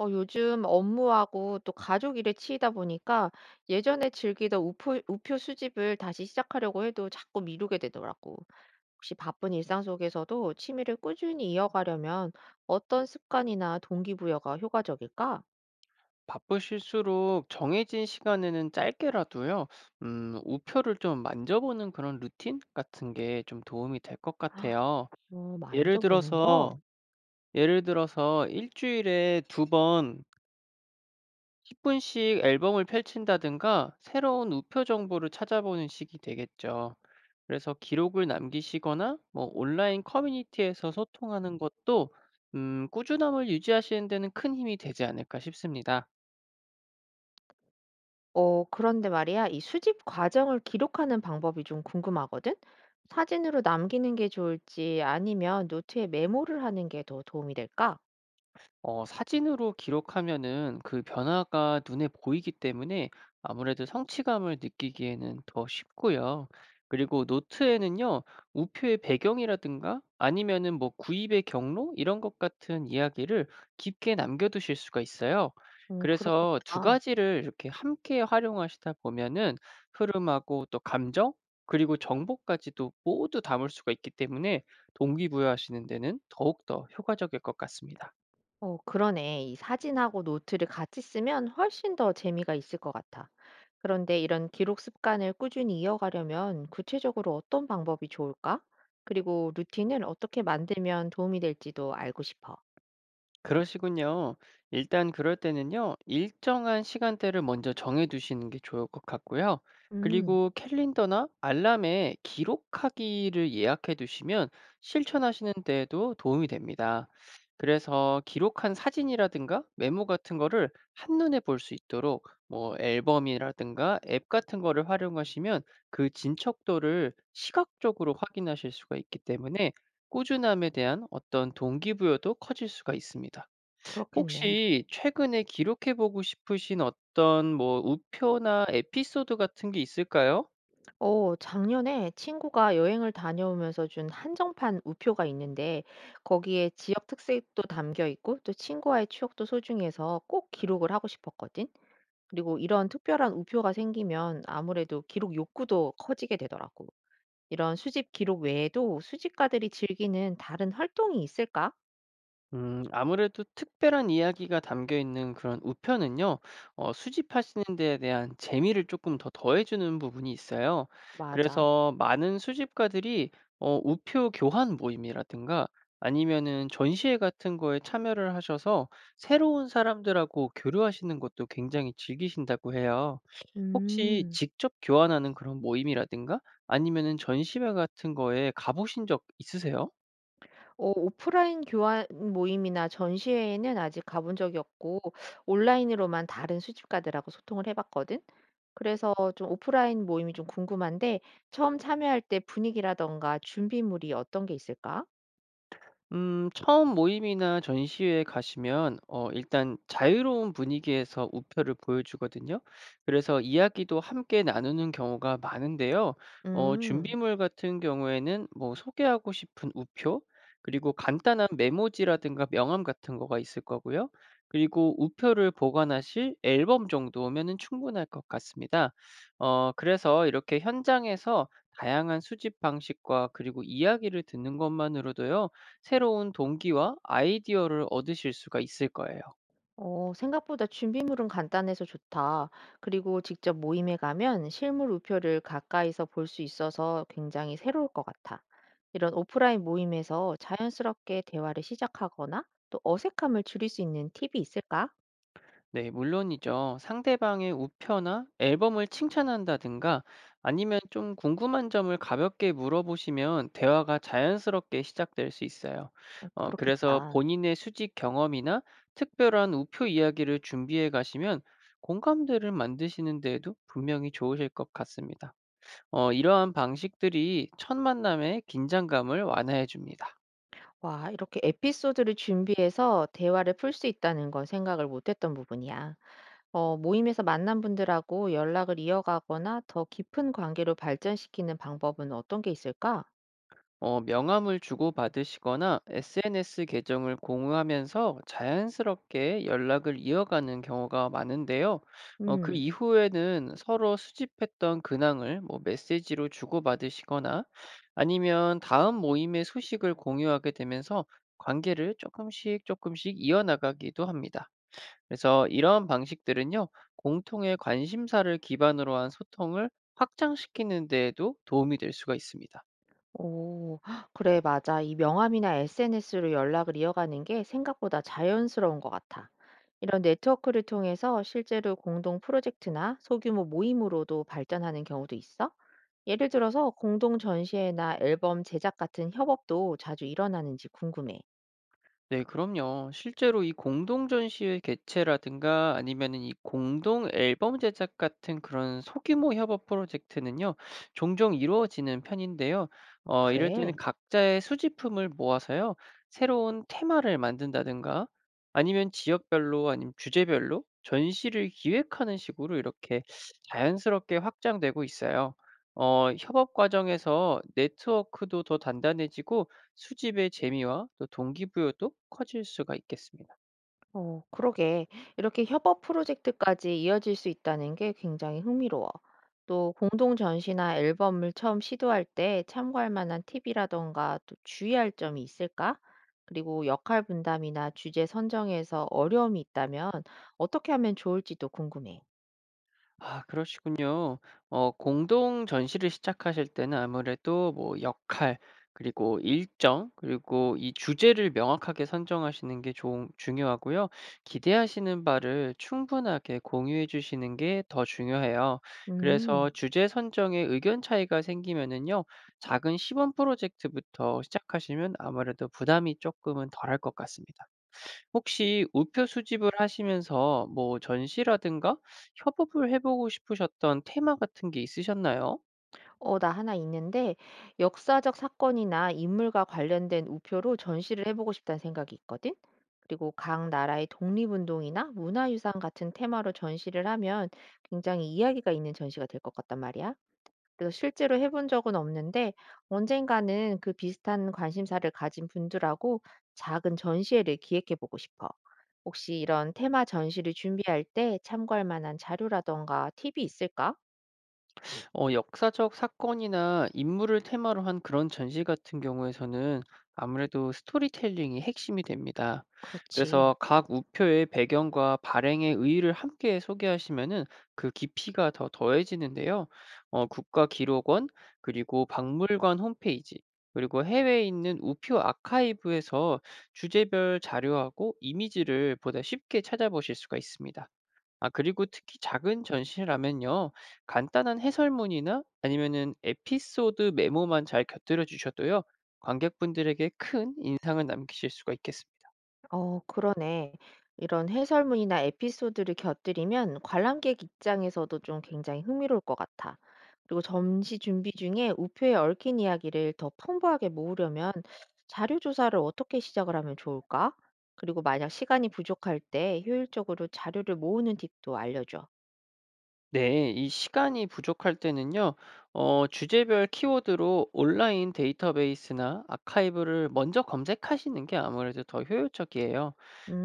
요즘 업무하고 또 가족 일에 치이다 보니까 예전에 즐기던 우표 수집을 다시 시작하려고 해도 자꾸 미루게 되더라고. 혹시 바쁜 일상 속에서도 취미를 꾸준히 이어가려면 어떤 습관이나 동기부여가 효과적일까? 바쁘실수록 정해진 시간에는 짧게라도요, 우표를 좀 만져보는 그런 루틴 같은 게 좀 도움이 될 것 같아요. 예를 만져보는 거? 들어서, 예를 들어서 일주일에 두 번 10분씩 앨범을 펼친다든가 새로운 우표 정보를 찾아보는 식이 되겠죠. 그래서 기록을 남기시거나 뭐 온라인 커뮤니티에서 소통하는 것도 꾸준함을 유지하시는 데는 큰 힘이 되지 않을까 싶습니다. 그런데 말이야, 이 수집 과정을 기록하는 방법이 좀 궁금하거든? 사진으로 남기는 게 좋을지 아니면 노트에 메모를 하는 게 더 도움이 될까? 어 사진으로 기록하면은 그 변화가 눈에 보이기 때문에 아무래도 성취감을 느끼기에는 더 쉽고요. 그리고 노트에는요, 우표의 배경이라든가 아니면은 뭐 구입의 경로 이런 것 같은 이야기를 깊게 남겨두실 수가 있어요. 그래서 두 그렇겠다. 가지를 이렇게 함께 활용하시다 보면은 흐름하고 또 감정 그리고 정보까지도 모두 담을 수가 있기 때문에 동기부여하시는 데는 더욱더 효과적일 것 같습니다. 그러네. 이 사진하고 노트를 같이 쓰면 훨씬 더 재미가 있을 것 같아. 그런데 이런 기록 습관을 꾸준히 이어가려면 구체적으로 어떤 방법이 좋을까? 그리고 루틴을 어떻게 만들면 도움이 될지도 알고 싶어. 그러시군요. 일단 그럴 때는요, 일정한 시간대를 먼저 정해두시는 게 좋을 것 같고요. 음, 그리고 캘린더나 알람에 기록하기를 예약해 두시면 실천하시는 데에도 도움이 됩니다. 그래서 기록한 사진이라든가 메모 같은 거를 한눈에 볼 수 있도록 뭐 앨범이라든가 앱 같은 거를 활용하시면 그 진척도를 시각적으로 확인하실 수가 있기 때문에 꾸준함에 대한 어떤 동기부여도 커질 수가 있습니다. 그렇겠네. 혹시 최근에 기록해 보고 싶으신 어떤 뭐 우표나 에피소드 같은 게 있을까요? 작년에 친구가 여행을 다녀오면서 준 한정판 우표가 있는데 거기에 지역 특색도 담겨 있고 또 친구와의 추억도 소중해서 꼭 기록을 하고 싶었거든. 그리고 이런 특별한 우표가 생기면 아무래도 기록 욕구도 커지게 되더라고. 이런 수집 기록 외에도 수집가들이 즐기는 다른 활동이 있을까? 아무래도 특별한 이야기가 담겨 있는 그런 우표는요. 어 수집하시는 데에 대한 재미를 조금 더 더해 주는 부분이 있어요. 맞아. 그래서 많은 수집가들이 어 우표 교환 모임이라든가 아니면은 전시회 같은 거에 참여를 하셔서 새로운 사람들하고 교류하시는 것도 굉장히 즐기신다고 해요. 혹시 음. 직접 교환하는 그런 모임이라든가 아니면은 전시회 같은 거에 가보신 적 있으세요? 어, 오프라인 교환 모임이나 전시회에는 아직 가본 적이 없고 온라인으로만 다른 수집가들하고 소통을 해봤거든. 그래서 좀 오프라인 모임이 좀 궁금한데 처음 참여할 때 분위기라던가 준비물이 어떤 게 있을까? 처음 모임이나 전시회에 가시면 어 일단 자유로운 분위기에서 우표를 보여주거든요. 그래서 이야기도 함께 나누는 경우가 많은데요. 어 음. 준비물 같은 경우에는 뭐 소개하고 싶은 우표, 그리고 간단한 메모지라든가 명함 같은 거가 있을 거고요. 그리고 우표를 보관하실 앨범 정도면은 충분할 것 같습니다. 어 그래서 이렇게 현장에서 다양한 수집 방식과 그리고 이야기를 듣는 것만으로도요. 새로운 동기와 아이디어를 얻으실 수가 있을 거예요. 생각보다 준비물은 간단해서 좋다. 그리고 직접 모임에 가면 실물 우표를 가까이서 볼 수 있어서 굉장히 새로울 것 같아. 이런 오프라인 모임에서 자연스럽게 대화를 시작하거나 또 어색함을 줄일 수 있는 팁이 있을까? 네, 물론이죠. 상대방의 우표나 앨범을 칭찬한다든가 아니면 좀 궁금한 점을 가볍게 물어보시면 대화가 자연스럽게 시작될 수 있어요. 어, 어, 그래서 그렇겠다. 본인의 수직 경험이나 특별한 우표 이야기를 준비해 가시면 공감대를 만드시는 데에도 분명히 좋으실 것 같습니다. 어, 이러한 방식들이 첫 만남의 긴장감을 완화해 줍니다. 와, 이렇게 에피소드를 준비해서 대화를 풀 수 있다는 건 생각을 못했던 부분이야. 모임에서 만난 분들하고 연락을 이어가거나 더 깊은 관계로 발전시키는 방법은 어떤 게 있을까? 어, 명함을 주고받으시거나 SNS 계정을 공유하면서 자연스럽게 연락을 이어가는 경우가 많은데요. 어, 그 음. 이후에는 서로 수집했던 근황을 뭐 메시지로 주고받으시거나 아니면 다음 모임의 소식을 공유하게 되면서 관계를 조금씩 이어나가기도 합니다. 그래서 이러한 방식들은요, 공통의 관심사를 기반으로 한 소통을 확장시키는 데에도 도움이 될 수가 있습니다. 오, 그래 맞아. 이 명함이나 SNS로 연락을 이어가는 게 생각보다 자연스러운 것 같아. 이런 네트워크를 통해서 실제로 공동 프로젝트나 소규모 모임으로도 발전하는 경우도 있어? 예를 들어서 공동 전시회나 앨범 제작 같은 협업도 자주 일어나는지 궁금해. 네, 그럼요. 실제로 이 공동 전시회 개최라든가 아니면은 이 공동 앨범 제작 같은 그런 소규모 협업 프로젝트는요, 종종 이루어지는 편인데요. 어, 어, 이럴 때는 그래? 각자의 수집품을 모아서요, 새로운 테마를 만든다든가 아니면 지역별로 아니면 주제별로 전시를 기획하는 식으로 이렇게 자연스럽게 확장되고 있어요. 어, 협업 과정에서 네트워크도 더 단단해지고 수집의 재미와 또 동기부여도 커질 수가 있겠습니다. 그러게. 이렇게 협업 프로젝트까지 이어질 수 있다는 게 굉장히 흥미로워. 또 공동 전시나 앨범을 처음 시도할 때 참고할 만한 팁이라던가 또 주의할 점이 있을까? 그리고 역할 분담이나 주제 선정에서 어려움이 있다면 어떻게 하면 좋을지도 궁금해. 아, 그러시군요. 어, 공동 전시를 시작하실 때는 아무래도 뭐 역할, 그리고 일정, 그리고 이 주제를 명확하게 선정하시는 게 좀 중요하고요. 기대하시는 바를 충분하게 공유해 주시는 게 더 중요해요. 그래서 음. 주제 선정에 의견 차이가 생기면은요, 작은 시범 프로젝트부터 시작하시면 아무래도 부담이 조금은 덜할 것 같습니다. 혹시 우표 수집을 하시면서 뭐 전시라든가 협업을 해 보고 싶으셨던 테마 같은 게 있으셨나요? 나 하나 있는데 역사적 사건이나 인물과 관련된 우표로 전시를 해보고 싶다는 생각이 있거든. 그리고 각 나라의 독립운동이나 문화유산 같은 테마로 전시를 하면 굉장히 이야기가 있는 전시가 될 것 같단 말이야. 그래서 실제로 해본 적은 없는데 언젠가는 그 비슷한 관심사를 가진 분들하고 작은 전시회를 기획해보고 싶어. 혹시 이런 테마 전시를 준비할 때 참고할 만한 자료라던가 팁이 있을까? 어 역사적 사건이나 인물을 테마로 한 그런 전시 같은 경우에서는 아무래도 스토리텔링이 핵심이 됩니다. 그렇지. 그래서 각 우표의 배경과 발행의 의의를 함께 소개하시면은 그 깊이가 더 더해지는데요. 어 국가기록원 그리고 박물관 홈페이지 그리고 해외에 있는 우표 아카이브에서 주제별 자료하고 이미지를 보다 쉽게 찾아보실 수가 있습니다. 아 그리고 특히 작은 전시라면요. 간단한 해설문이나 아니면은 에피소드 메모만 잘 곁들여 주셔도요. 관객분들에게 큰 인상을 남기실 수가 있겠습니다. 그러네. 이런 해설문이나 에피소드를 곁들이면 관람객 입장에서도 좀 굉장히 흥미로울 것 같아. 그리고 점시 준비 중에 우표에 얽힌 이야기를 더 풍부하게 모으려면 자료 조사를 어떻게 시작을 하면 좋을까? 그리고 만약 시간이 부족할 때 효율적으로 자료를 모으는 팁도 알려줘. 네, 이 시간이 부족할 때는요, 어, 주제별 키워드로 온라인 데이터베이스나 아카이브를 먼저 검색하시는 게 아무래도 더 효율적이에요.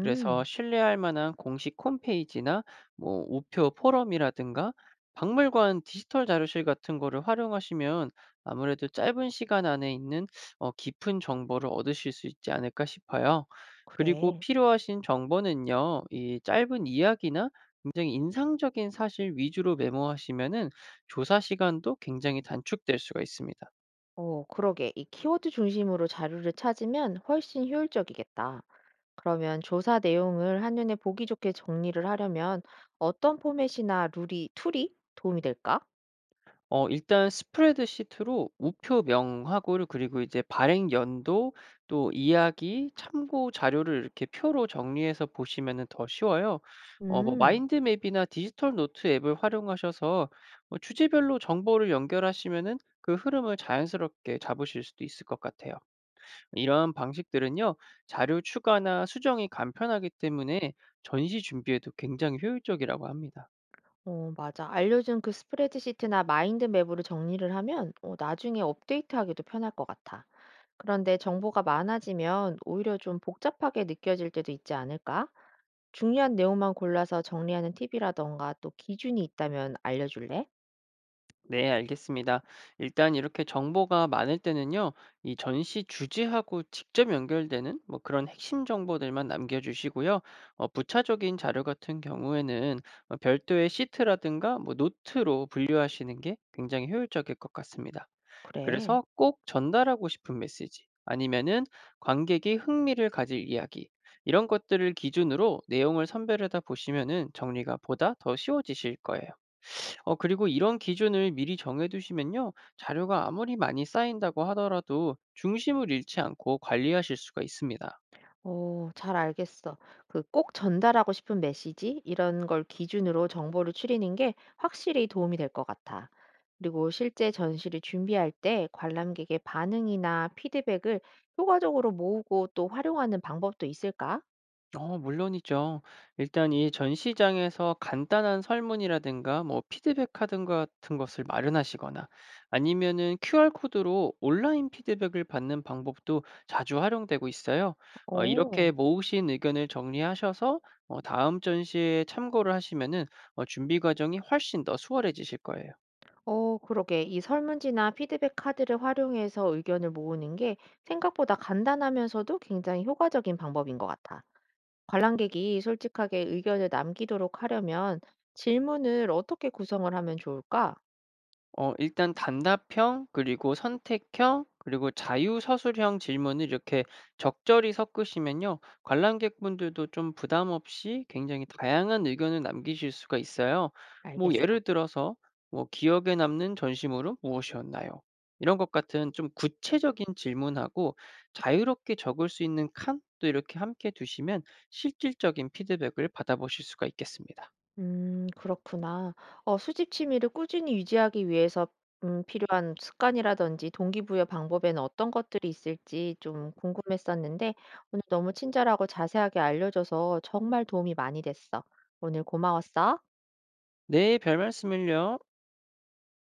그래서 신뢰할 만한 공식 홈페이지나 뭐 우표 포럼이라든가 박물관 디지털 자료실 같은 거를 활용하시면 아무래도 짧은 시간 안에 있는 어, 깊은 정보를 얻으실 수 있지 않을까 싶어요. 그리고 그래. 필요하신 정보는요, 이 짧은 이야기나 굉장히 인상적인 사실 위주로 메모하시면은 조사 시간도 굉장히 단축될 수가 있습니다. 그러게. 이 키워드 중심으로 자료를 찾으면 훨씬 효율적이겠다. 그러면 조사 내용을 한눈에 보기 좋게 정리를 하려면 어떤 포맷이나 툴이 도움이 될까? 어 일단 스프레드시트로 우표명하고를 그리고 이제 발행 연도 또 이야기, 참고 자료를 이렇게 표로 정리해서 보시면은 더 쉬워요. 어 뭐 음, 마인드맵이나 디지털 노트 앱을 활용하셔서 뭐 주제별로 정보를 연결하시면은 그 흐름을 자연스럽게 잡으실 수도 있을 것 같아요. 이런 방식들은요, 자료 추가나 수정이 간편하기 때문에 전시 준비에도 굉장히 효율적이라고 합니다. 맞아. 알려준 그 스프레드시트나 마인드 맵으로 정리를 하면 나중에 업데이트하기도 편할 것 같아. 그런데 정보가 많아지면 오히려 좀 복잡하게 느껴질 때도 있지 않을까? 중요한 내용만 골라서 정리하는 팁이라던가 또 기준이 있다면 알려줄래? 네, 알겠습니다. 일단 이렇게 정보가 많을 때는요, 이 전시 주제하고 직접 연결되는 뭐 그런 핵심 정보들만 남겨주시고요. 어, 부차적인 자료 같은 경우에는 어, 별도의 시트라든가 뭐 노트로 분류하시는 게 굉장히 효율적일 것 같습니다. 그래. 그래서 꼭 전달하고 싶은 메시지, 아니면은 관객이 흥미를 가질 이야기, 이런 것들을 기준으로 내용을 선별하다 보시면은 정리가 보다 더 쉬워지실 거예요. 어, 그리고 이런 기준을 미리 정해두시면요. 자료가 아무리 많이 쌓인다고 하더라도 중심을 잃지 않고 관리하실 수가 있습니다. 어 잘 알겠어. 그 꼭 전달하고 싶은 메시지 이런 걸 기준으로 정보를 추리는 게 확실히 도움이 될 것 같아. 그리고 실제 전시를 준비할 때 관람객의 반응이나 피드백을 효과적으로 모으고 또 활용하는 방법도 있을까? 어 물론이죠. 일단 이 전시장에서 간단한 설문이라든가 뭐 피드백 카드 같은 것을 마련하시거나 아니면은 QR 코드로 온라인 피드백을 받는 방법도 자주 활용되고 있어요. 어 이렇게 어. 모으신 의견을 정리하셔서 어 다음 전시에 참고를 하시면은 어 준비 과정이 훨씬 더 수월해지실 거예요. 어 그러게. 이 설문지나 피드백 카드를 활용해서 의견을 모으는 게 생각보다 간단하면서도 굉장히 효과적인 방법인 것 같아. 관람객이 솔직하게 의견을 남기도록 하려면 질문을 어떻게 구성을 하면 좋을까? 어 일단 단답형 그리고 선택형 그리고 자유서술형 질문을 이렇게 적절히 섞으시면요. 관람객분들도 좀 부담 없이 굉장히 다양한 의견을 남기실 수가 있어요. 뭐 알겠어. 예를 들어서 뭐 "기억에 남는 전시물은 무엇이었나요?" 이런 것 같은 좀 구체적인 질문하고 자유롭게 적을 수 있는 칸도 이렇게 함께 두시면 실질적인 피드백을 받아보실 수가 있겠습니다. 그렇구나. 수집 취미를 꾸준히 유지하기 위해서 필요한 습관이라든지 동기부여 방법에는 어떤 것들이 있을지 좀 궁금했었는데 오늘 너무 친절하고 자세하게 알려줘서 정말 도움이 많이 됐어. 오늘 고마웠어. 네, 별 말씀을요.